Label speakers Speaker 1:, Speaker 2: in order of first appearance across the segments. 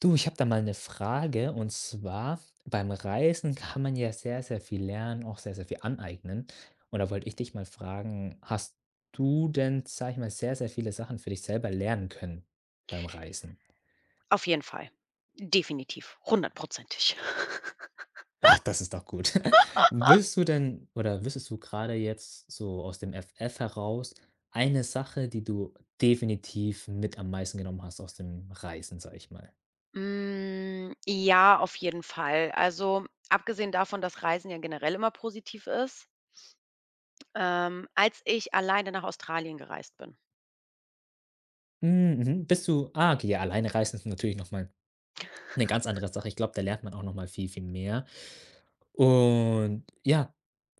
Speaker 1: Du, ich habe da mal eine Frage, und zwar beim Reisen kann man ja sehr, sehr viel lernen, auch sehr, sehr viel aneignen. Und da wollte ich dich mal fragen, hast du denn, sage ich mal, sehr, sehr viele Sachen für dich selber lernen können beim Reisen?
Speaker 2: Auf jeden Fall, definitiv, hundertprozentig.
Speaker 1: Ach, das ist doch gut. Würdest du denn oder wüsstest du gerade jetzt so aus dem FF heraus eine Sache, die du definitiv mit am meisten genommen hast aus dem Reisen, sage ich mal?
Speaker 2: Ja, auf jeden Fall. Also, abgesehen davon, dass Reisen ja generell immer positiv ist, als ich alleine nach Australien gereist bin.
Speaker 1: Hm, mhm. Okay, ja, alleine reisen ist natürlich noch mal 'ne ganz andere Sache. Ich glaube, da lernt man auch noch mal viel, viel mehr. Und ja,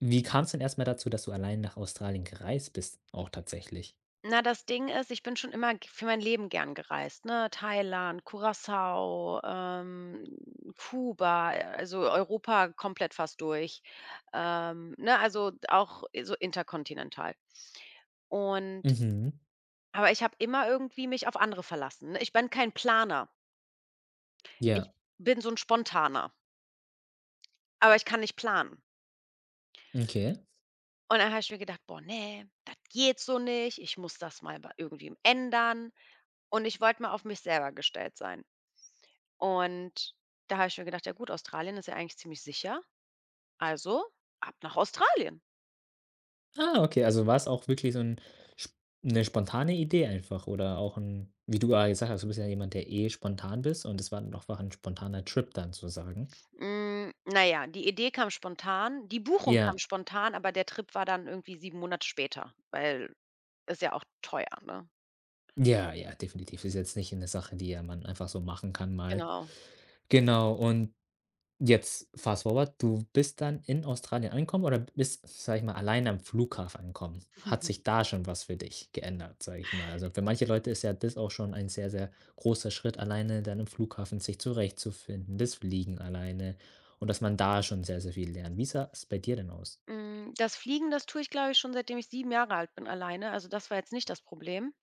Speaker 1: wie kam's denn erst mal dazu, dass du allein nach Australien gereist bist auch tatsächlich?
Speaker 2: Na, das Ding ist, ich bin schon immer g für mein Leben gern gereist, ne? Thailand, Curaçao, Kuba, also Europa komplett fast durch. Ne, also auch so interkontinental. Und
Speaker 1: Mhm.
Speaker 2: Aber ich habe immer irgendwie mich auf andere verlassen, ne? Ich bin kein Planer. Ich
Speaker 1: Ja,
Speaker 2: bin so 'n Spontaner, aber ich kann nicht planen.
Speaker 1: okay.
Speaker 2: Und dann habe ich mir gedacht: „Boah, ne, das geht so nicht. Ich muss das mal bei irgendwem ändern." Und ich wollte mal auf mich selber gestellt sein. Und da habe ich mir gedacht: „Ja gut, Australien ist ja eigentlich ziemlich sicher, also ab nach Australien."
Speaker 1: Ah, okay, also war's auch wirklich so 'n sp 'ne spontane Idee, einfach, oder auch 'n, wie du ja gesagt hast, du bist ja jemand, der eh spontan bist, und es war dann einfach 'n spontaner Trip dann sozusagen.
Speaker 2: Na ja, die Idee kam spontan, die Buchung kam
Speaker 1: Ja,
Speaker 2: spontan, aber der Trip war dann irgendwie 7 Monate später, weil ist ja auch teuer, ne?
Speaker 1: ja, ja, definitiv. Ist jetzt nicht 'ne Sache, die ja man einfach so machen kann mal.
Speaker 2: Genau.
Speaker 1: Genau. Und jetzt fast forward, du bist dann in Australien angekommen oder bist, sage ich mal, alleine am Flughafen angekommen. Hat sich da schon was für dich geändert, sage ich mal? Also für manche Leute ist ja das auch schon ein sehr, sehr großer Schritt, alleine dann im Flughafen sich zurechtzufinden, das Fliegen alleine, und dass man da schon sehr, sehr viel lernt. Wie sah es bei dir denn aus?
Speaker 2: Hm, das Fliegen, das tue ich, glaube ich, schon seitdem ich 7 Jahre alt bin alleine. Also, das war jetzt nicht das Problem.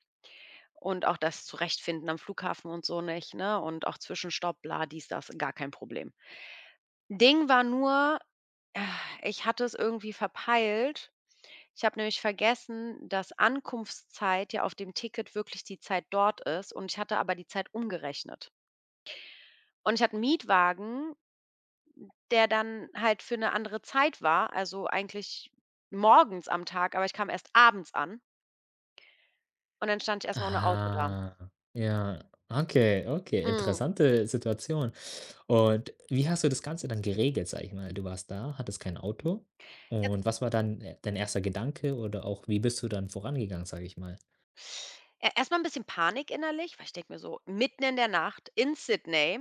Speaker 2: Und auch das Zurechtfinden am Flughafen und so nicht, ne? Und auch Zwischenstopp, bla, dies, das, gar kein Problem. Ding war nur, äh, ich hatte es irgendwie verpeilt. Ich habe nämlich vergessen, dass Ankunftszeit ja auf dem Ticket wirklich die Zeit dort ist und ich hatte aber die Zeit umgerechnet. Und ich hatte 'n Mietwagen, der dann halt für eine andere Zeit war, also eigentlich morgens am Tag, aber ich kam erst abends an. Und dann stand ich erst mal ohne Auto da.
Speaker 1: Aha, ja. Okay, okay,
Speaker 2: Mhm.
Speaker 1: interessante Situation. Und wie hast du das Ganze dann geregelt, sag ich mal? Du warst da, hattest kein Auto.
Speaker 2: Ich
Speaker 1: Und was war dann e dein erster Gedanke, oder auch wie bist du dann vorangegangen, sag ich mal?
Speaker 2: e erst mal 'n bisschen Panik innerlich, weil ich denke mir so, mitten in der Nacht in Sydney.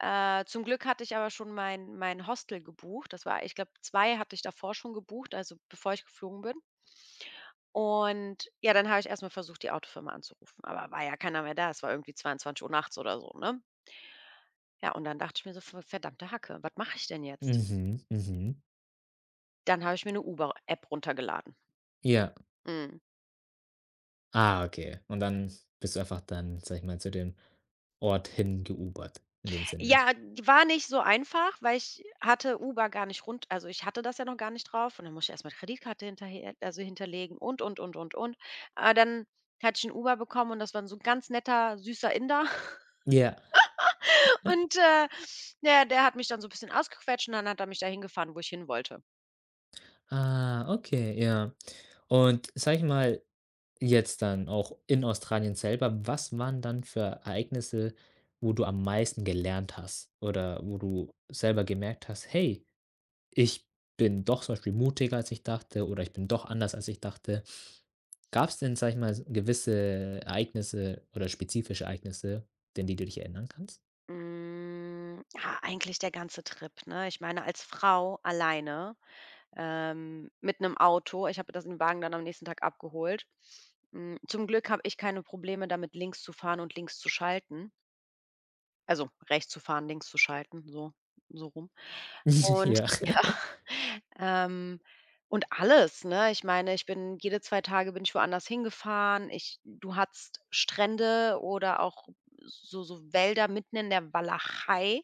Speaker 2: Zum Glück hatte ich aber schon mein Hostel gebucht. Das war, ich glaube, 2 hatte ich davor schon gebucht, also bevor ich geflogen bin. Und ja, dann habe ich erst mal versucht, die Autofirma anzurufen, aber war ja keiner mehr da. Es war irgendwie 22 Uhr nachts oder so, ne? Ja, und dann dachte ich mir so: „V Verdammte Hacke, was mache ich denn jetzt?"
Speaker 1: Mhm, mhm.
Speaker 2: Dann habe ich mir 'ne Uber-App runtergeladen.
Speaker 1: Ja.
Speaker 2: Mhm.
Speaker 1: Ah, okay. Und dann bist du einfach dann, sag ich mal, zu dem Ort hingeUbert in dem Sinne.
Speaker 2: Ja, die war nicht so einfach, weil ich hatte Uber gar nicht rund, also, ich hatte das ja noch gar nicht drauf und dann musste ich erstmal Kreditkarte hinterher, also, hinterlegen und, und. Aber dann hatte ich einen Uber bekommen und das war so ein ganz netter, süßer Inder
Speaker 1: Ja.
Speaker 2: und, der hat mich dann so ein bisschen ausgequetscht und dann hat er mich dahin gefahren, wo ich hinwollte.
Speaker 1: Ah, okay, ja. Und sag ich mal, jetzt dann auch in Australien selber, was waren dann für Ereignisse, wo du am meisten gelernt hast oder wo du selber gemerkt hast: „Hey, ich bin doch zum Beispiel mutiger, als ich dachte“, oder „Ich bin doch anders, als ich dachte“? Gab es denn, sage ich mal, s gewisse Ereignisse oder spezifische Ereignisse, denn die du dich erinnern kannst?
Speaker 2: Hm, ja, eigentlich der ganze Trip, ne? Ich meine, als Frau alleine, mit einem Auto. Ich habe das, den Wagen dann am nächsten Tag abgeholt. Hm, zum Glück habe ich keine Probleme damit, links zu fahren und links zu schalten. Also, rechts zu fahren, links zu schalten, so rum. Und
Speaker 1: Ja.
Speaker 2: ja, ähm, und alles, ne? Ich meine, ich bin jede 2 Tage bin ich woanders hingefahren. Ich, du hattest Strände oder auch so Wälder mitten in der Walachei.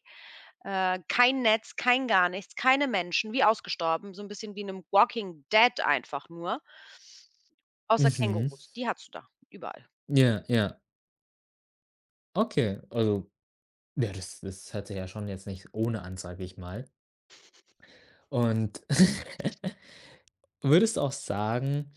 Speaker 2: Kein Netz, kein gar nichts, keine Menschen, wie ausgestorben, so 'n bisschen wie in 'nem Walking Dead einfach nur, außer
Speaker 1: Mhm.
Speaker 2: Kängurus, die hattest du da, überall.
Speaker 1: Ja, ja. Okay, also, ja, das hört sich ja schon jetzt nicht ohne an, sage ich mal. Und würdest du auch sagen,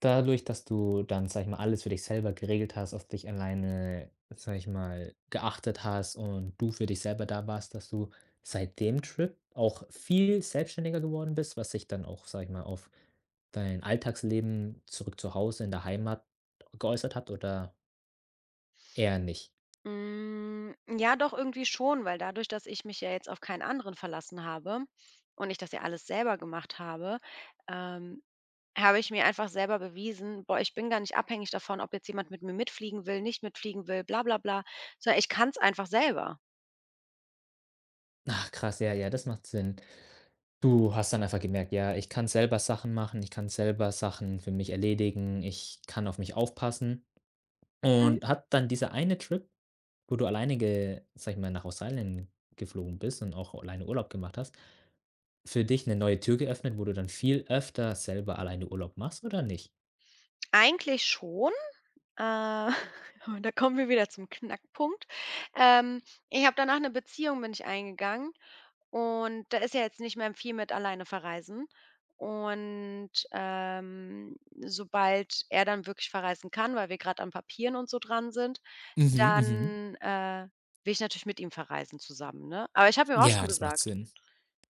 Speaker 1: dadurch, dass du dann, sage ich mal, alles für dich selber geregelt hast, auf dich alleine, sage ich mal, geachtet hast und du für dich selber da warst, dass du seit dem Trip auch viel selbstständiger geworden bist, was sich dann auch, sage ich mal, auf dein Alltagsleben zurück zu Hause in der Heimat geäußert hat oder eher nicht?
Speaker 2: Hm, ja, doch irgendwie schon, weil dadurch, dass ich mich ja jetzt auf keinen anderen verlassen habe und ich das ja alles selber gemacht habe, ähm, habe ich mir einfach selber bewiesen: „Boah, ich bin gar nicht abhängig davon, ob jetzt jemand mit mir mitfliegen will, nicht mitfliegen will, bla bla bla, sondern ich kann's einfach selber."
Speaker 1: Ach krass, ja, ja, das macht Sinn. Du hast dann einfach gemerkt: „Ja, ich kann selber Sachen machen, ich kann selber Sachen für mich erledigen, ich kann auf mich aufpassen.“
Speaker 2: Mhm,
Speaker 1: Und hat dann dieser eine Trip, wo du alleine ge sage ich mal, nach Australien geflogen bist und auch alleine Urlaub gemacht hast, für dich eine neue Tür geöffnet, wo du dann viel öfter selber alleine Urlaub machst oder nicht?
Speaker 2: eigentlich schon. Äh, und da kommen wir wieder zum Knackpunkt. Ähm, Ich habe danach eine Beziehung bin ich eingegangen und da ist ja jetzt nicht mehr viel mit alleine verreisen. Und, sobald er dann wirklich verreisen kann, weil wir gerade an Papieren und so dran sind,
Speaker 1: Mhm, mhm.
Speaker 2: dann, will ich natürlich mit ihm verreisen zusammen, ne? Aber ich habe ihm auch
Speaker 1: Ja,
Speaker 2: schon
Speaker 1: das macht
Speaker 2: gesagt,
Speaker 1: Sinn.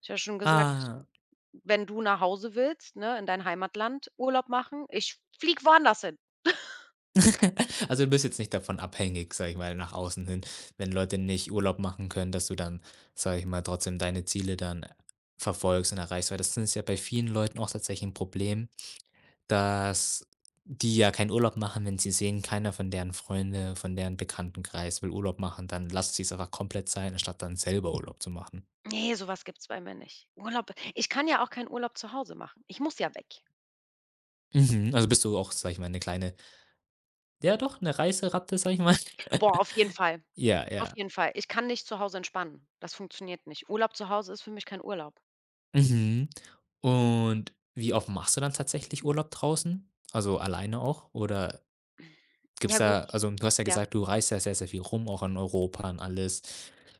Speaker 2: ich habe schon gesagt:
Speaker 1: Ah.
Speaker 2: „Wenn du nach Hause willst, ne, in dein Heimatland Urlaub machen, ich fliege woanders hin."
Speaker 1: Also, du bist jetzt nicht davon abhängig, sage ich mal, nach außen hin, wenn Leute nicht Urlaub machen können, dass du dann, sage ich mal, trotzdem deine Ziele dann verfolgst und erreichst, weil das ist ja bei vielen Leuten auch tatsächlich ein Problem, dass die ja keinen Urlaub machen, wenn sie sehen, keiner von deren Freunde, von deren Bekanntenkreis will Urlaub machen, dann lasst sie es einfach komplett sein, anstatt dann selber Urlaub zu machen.
Speaker 2: Nee, sowas gibt's bei mir nicht. Urlaub, ich kann ja auch keinen Urlaub zu Hause machen. Ich muss ja weg.
Speaker 1: Mhm, also bist du auch, sage ich mal, eine kleine, ja doch, eine Reiseratte, sage ich mal.
Speaker 2: Boah, auf jeden Fall.
Speaker 1: Ja,
Speaker 2: Auf
Speaker 1: ja.
Speaker 2: jeden Fall. Ich kann nicht zu Hause entspannen. Das funktioniert nicht. Urlaub zu Hause ist für mich kein Urlaub.
Speaker 1: Mhm. Und wie oft machst du dann tatsächlich Urlaub draußen? Also, alleine auch? Oder gibt's
Speaker 2: Ja gut.
Speaker 1: da, also, du hast ja
Speaker 2: Ja.
Speaker 1: gesagt, du reist ja sehr, sehr viel rum, auch in Europa und alles.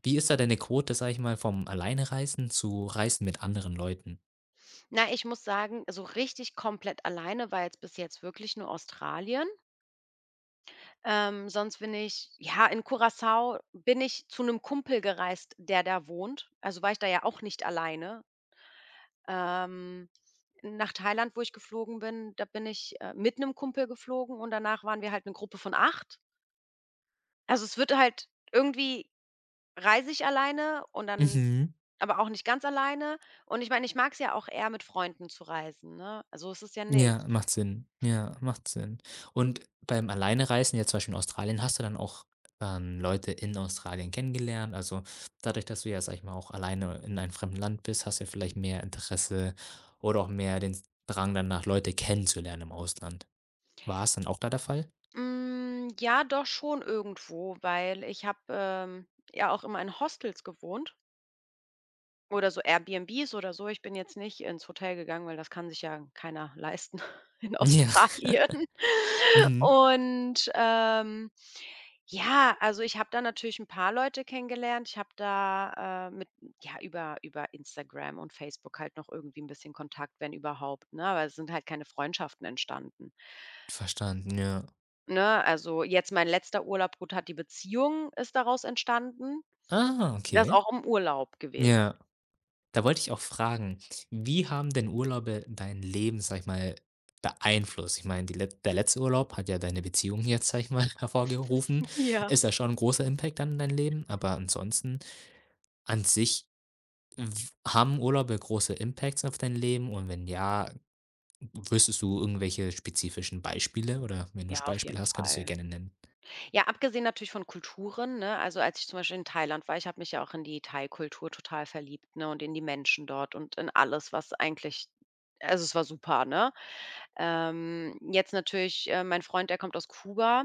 Speaker 1: Wie ist da deine Quote, sage ich mal, vom Alleinereisen zu Reisen mit anderen Leuten?
Speaker 2: Na, ich muss sagen, so richtig komplett alleine war jetzt bis jetzt wirklich nur Australien. Sonst bin ich ja, in Curaçao bin ich zu einem Kumpel gereist, der da wohnt. Also, war ich da ja auch nicht alleine. Ähm, Nach Thailand, wo ich geflogen bin, da bin ich, mit einem Kumpel geflogen und danach waren wir halt eine Gruppe von 8. Also, es wird halt irgendwie, reise ich alleine und dann
Speaker 1: Mhm.
Speaker 2: aber auch nicht ganz alleine. Und ich meine, ich mag es ja auch eher mit Freunden zu reisen, ne? So ist es ja
Speaker 1: Ja,
Speaker 2: nicht.
Speaker 1: macht Sinn. Ja, macht Sinn. Und beim Alleinereisen, jetzt zum Beispiel in Australien, hast du dann auch, Leute in Australien kennengelernt? Also, dadurch, dass du ja, sag ich mal, auch alleine in einem fremden Land bist, hast du ja vielleicht mehr Interesse oder auch mehr den Drang danach, Leute kennenzulernen im Ausland. War es dann auch da der Fall?
Speaker 2: Hm, ja, doch schon irgendwo, weil ich habe, ja auch immer in Hostels gewohnt. Oder so Airbnbs oder so. Ich bin jetzt nicht ins Hotel gegangen, weil das kann sich ja keiner leisten in
Speaker 1: Ja.
Speaker 2: Australien.
Speaker 1: Mhm.
Speaker 2: Und, ja, also ich habe da natürlich ein paar Leute kennengelernt. Ich habe da, mit, ja, über Instagram und Facebook halt noch irgendwie ein bisschen Kontakt, wenn überhaupt, ne? Aber es sind halt keine Freundschaften entstanden,
Speaker 1: Verstanden, ja.
Speaker 2: ne? Also, jetzt mein letzter Urlaub, gut, hat die Beziehung ist daraus entstanden.
Speaker 1: Ah,
Speaker 2: Das ist
Speaker 1: okay.
Speaker 2: auch im Urlaub gewesen.
Speaker 1: Ja. Da wollte ich auch fragen, wie haben denn Urlaube dein Leben, sage ich mal, beeinflusst? Ich meine, die Let der letzte Urlaub hat ja deine Beziehung jetzt, sage ich mal, hervorgerufen.
Speaker 2: Ja.
Speaker 1: Ist ja schon ein großer Impact dann in dein Leben, aber ansonsten an sich, w haben Urlaube große Impacts auf dein Leben? Und wenn ja, wüsstest du irgendwelche spezifischen Beispiele, oder wenn du
Speaker 2: Ja, auf
Speaker 1: Beispiele
Speaker 2: jeden
Speaker 1: hast, könntest du ja
Speaker 2: Fall.
Speaker 1: gerne nennen.
Speaker 2: Ja, abgesehen natürlich von Kulturen, ne? Also, als ich zum Beispiel in Thailand war, ich habe mich ja auch in die Thai-Kultur total verliebt, ne, und in die Menschen dort und in alles, was eigentlich, also, es war super, ne? Jetzt natürlich, mein Freund, der kommt aus Kuba.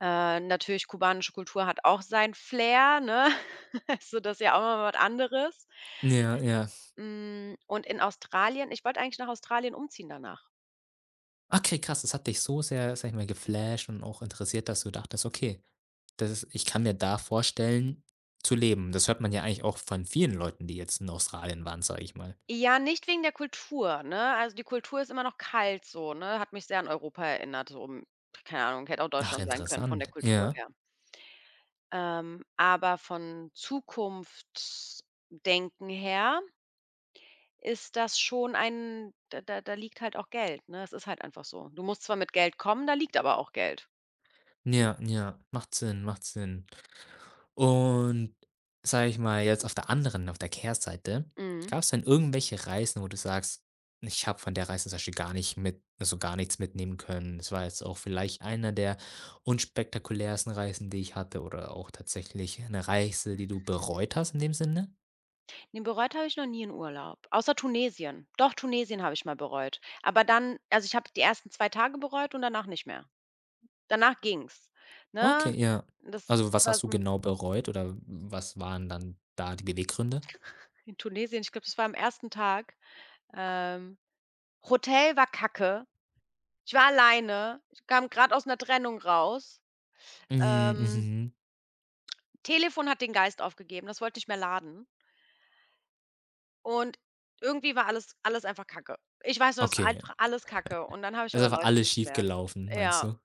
Speaker 2: Natürlich, kubanische Kultur hat auch sein Flair, ne? Also, das ist ja auch mal was anderes.
Speaker 1: Ja, ja.
Speaker 2: Hm, und in Australien, ich wollte eigentlich nach Australien umziehen danach.
Speaker 1: Okay, krass, das hat dich so sehr, sage ich mal, geflasht und auch interessiert, dass du dachtest: „Okay, das ist, ich kann mir da vorstellen, zu leben.“ Das hört man ja eigentlich auch von vielen Leuten, die jetzt in Australien waren, sage ich mal.
Speaker 2: Ja, nicht wegen der Kultur, ne? Also, die Kultur ist immer noch kalt so, ne? Hat mich sehr an Europa erinnert, so um, keine Ahnung, hätte auch
Speaker 1: Ach,
Speaker 2: Deutschland sein können von der
Speaker 1: interessant.
Speaker 2: Kultur
Speaker 1: Ja.
Speaker 2: her. Aber von Zukunftsdenken her ist das schon ein, da liegt halt auch Geld, ne? Es ist halt einfach so. Du musst zwar mit Geld kommen, da liegt aber auch Geld.
Speaker 1: Ja, ja, macht Sinn, macht Sinn. Und sage ich mal jetzt auf der anderen, auf der Kehrseite,
Speaker 2: Mhm.
Speaker 1: gab es denn irgendwelche Reisen, wo du sagst: „Ich habe von der Reise zum Beispiel gar nicht mit, also, gar nichts mitnehmen können. Das war jetzt auch vielleicht einer der unspektakulärsten Reisen, die ich hatte“, oder auch tatsächlich eine Reise, die du bereut hast in dem Sinne?
Speaker 2: Ne, bereut habe ich noch nie 'n Urlaub, außer Tunesien. Doch, Tunesien habe ich mal bereut. Aber dann, also, ich habe die ersten 2 Tage bereut und danach nicht mehr. Danach ging's,
Speaker 1: Okay,
Speaker 2: ne?
Speaker 1: ja.
Speaker 2: Das,
Speaker 1: Also,
Speaker 2: das
Speaker 1: was
Speaker 2: war
Speaker 1: hast du
Speaker 2: so 'n,
Speaker 1: genau bereut, oder was waren dann da die Beweggründe?
Speaker 2: in Tunesien, ich glaube, das war am ersten Tag. Ähm, Hotel war kacke. Ich war alleine. Ich kam grad aus 'ner Trennung raus.
Speaker 1: Hm,
Speaker 2: Ähm,
Speaker 1: mhm.
Speaker 2: Telefon hat den Geist aufgegeben, das wollte nicht mehr laden. Und irgendwie war alles einfach kacke. Ich weiß nur, es war
Speaker 1: Okay.
Speaker 2: einfach alles kacke und dann habe ich aber
Speaker 1: Also, war
Speaker 2: Leute
Speaker 1: alles schief
Speaker 2: kennengelernt.
Speaker 1: gelaufen, meinst
Speaker 2: Ja.
Speaker 1: du?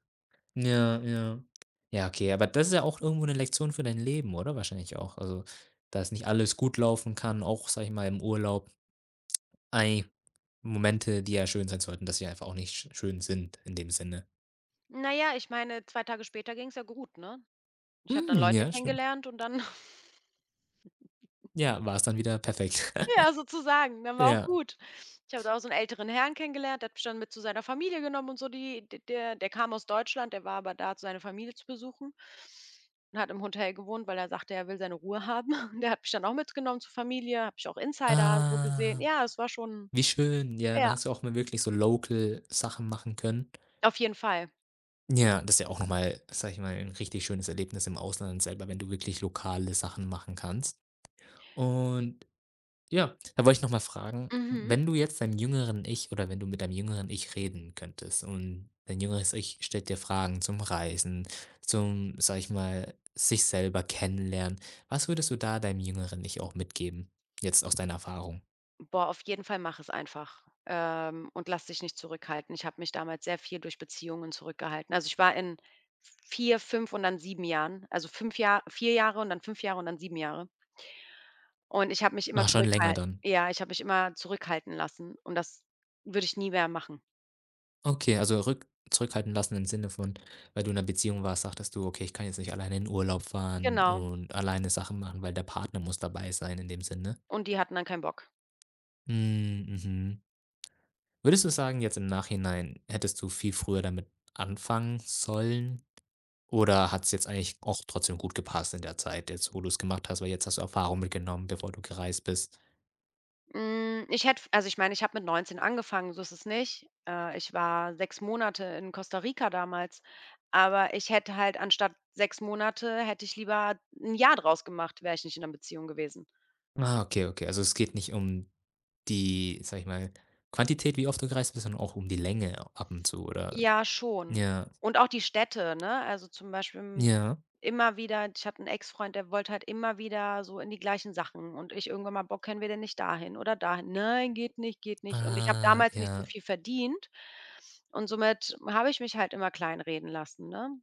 Speaker 1: Ja, ja. Ja, okay, aber das ist ja auch irgendwo 'ne Lektion für dein Leben, oder? Wahrscheinlich auch. Also, dass nicht alles gut laufen kann, auch, sage ich mal, im Urlaub. Ei, Momente, die ja schön sein sollten, dass sie einfach auch nicht schön sind in dem Sinne.
Speaker 2: Na ja, ich meine, 2 Tage später ging's ja gut, ne? Ich habe dann
Speaker 1: Hm,
Speaker 2: Leute
Speaker 1: ja, stimmt.
Speaker 2: kennengelernt und dann
Speaker 1: Ja, war's dann wieder perfekt.
Speaker 2: ja, sozusagen, dann war auch
Speaker 1: Ja.
Speaker 2: gut. Ich habe da auch so 'n älteren Herrn kennengelernt, der hat mich dann mit zu seiner Familie genommen und so, die d der kam aus Deutschland, der war aber da, seine Familie zu besuchen und hat im Hotel gewohnt, weil er sagte, er will seine Ruhe haben. Und der hat mich dann auch mitgenommen zur Familie, habe ich auch Insider so gesehen.
Speaker 1: Ah,
Speaker 2: Ja, es war schon,
Speaker 1: wie schön. Ja, dann
Speaker 2: ja,
Speaker 1: hast du auch mal wirklich so local Sachen machen können.
Speaker 2: auf jeden Fall.
Speaker 1: Ja, das ist ja auch noch mal, sage ich mal, 'n richtig schönes Erlebnis im Ausland selber, wenn du wirklich lokale Sachen machen kannst. Und ja, da wollte ich nochmal fragen,
Speaker 2: Mhm.
Speaker 1: wenn du jetzt deinem jüngeren Ich, oder wenn du mit deinem jüngeren Ich reden könntest und dein jüngeres Ich stellt dir Fragen zum Reisen, zum, sag ich mal, sich selber kennenlernen. Was würdest du da deinem jüngeren Ich auch mitgeben? Jetzt aus deiner Erfahrung.
Speaker 2: Boah, auf jeden Fall mach es einfach, und lass dich nicht zurückhalten. Ich habe mich damals sehr viel durch Beziehungen zurückgehalten. Also, ich war in 4, 5 und dann 7 Jahren. Also, 5 Jahre, 4 Jahre und dann 5 Jahre und dann 7 Jahre. Und ich habe mich immer
Speaker 1: Ah, schon länger
Speaker 2: zurückhal
Speaker 1: dann.
Speaker 2: ja, ich habe mich immer zurückhalten lassen und das würde ich nie mehr machen.
Speaker 1: Okay, also rück zurückhalten lassen im Sinne von, weil du in einer Beziehung warst, sagtest du: „Okay, ich kann jetzt nicht alleine in Urlaub fahren
Speaker 2: Genau.
Speaker 1: und alleine Sachen machen, weil der Partner muss dabei sein“, in dem Sinne?
Speaker 2: Und die hatten dann keinen Bock.
Speaker 1: Hm, mhm. Würdest du sagen, jetzt im Nachhinein hättest du viel früher damit anfangen sollen? Oder hat es jetzt eigentlich auch trotzdem gut gepasst in der Zeit jetzt, wo du's gemacht hast, weil jetzt hast du Erfahrung mitgenommen, bevor du gereist bist?
Speaker 2: Hm, ich hätte, also, ich meine, ich habe mit 19 angefangen, so ist es nicht. Ich war 6 Monate in Costa Rica damals, aber ich hätte halt, anstatt 6 Monate hätte ich lieber ein Jahr draus gemacht, wäre ich nicht in einer Beziehung gewesen.
Speaker 1: Ah, okay, okay. Also, es geht nicht um die, sage ich mal, Quantität, wie oft du gereist bist, sondern auch um die Länge ab und zu, oder?
Speaker 2: Ja, schon.
Speaker 1: Ja,
Speaker 2: Und auch die Städte, ne? Also, zum Beispiel, hm,
Speaker 1: ja.
Speaker 2: immer wieder, ich hatte einen Ex-Freund, der wollte halt immer wieder so in die gleichen Sachen und ich irgendwann mal: „Bock, können wir denn nicht dahin oder dahin?" „Nein, geht nicht, geht nicht." Und ich habe
Speaker 1: Ah,
Speaker 2: damals nicht so
Speaker 1: ja.
Speaker 2: viel verdient und somit habe ich mich halt immer kleinreden lassen, ne?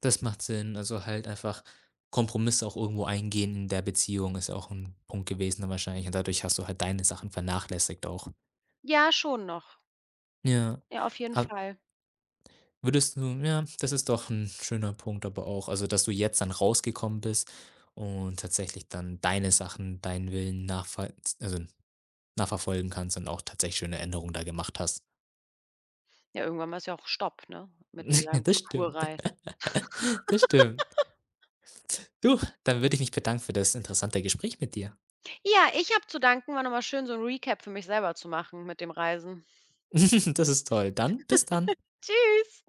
Speaker 1: Das macht Sinn. Also, halt einfach Kompromisse auch irgendwo eingehen in der Beziehung ist ja auch ein Punkt gewesen dann wahrscheinlich, und dadurch hast du halt deine Sachen vernachlässigt auch.
Speaker 2: Ja, schon noch.
Speaker 1: Ja.
Speaker 2: Ja, auf jeden
Speaker 1: Aber
Speaker 2: Fall.
Speaker 1: würdest du ja, das ist doch ein schöner Punkt aber auch, also, dass du jetzt dann rausgekommen bist und tatsächlich dann deine Sachen, deinen Willen nachver also, nachverfolgen kannst und auch tatsächlich schöne Änderungen da gemacht hast.
Speaker 2: Ja, irgendwann mal ist ja auch Stopp, ne, mit dieser
Speaker 1: Das stimmt.
Speaker 2: Gutuerei.
Speaker 1: Das stimmt. Du, dann würde ich mich bedanken für das interessante Gespräch mit dir.
Speaker 2: Ja, ich habe zu danken. War noch mal schön, so 'n Recap für mich selber zu machen mit dem Reisen.
Speaker 1: Das ist toll. Dann bis dann.
Speaker 2: Tschüss.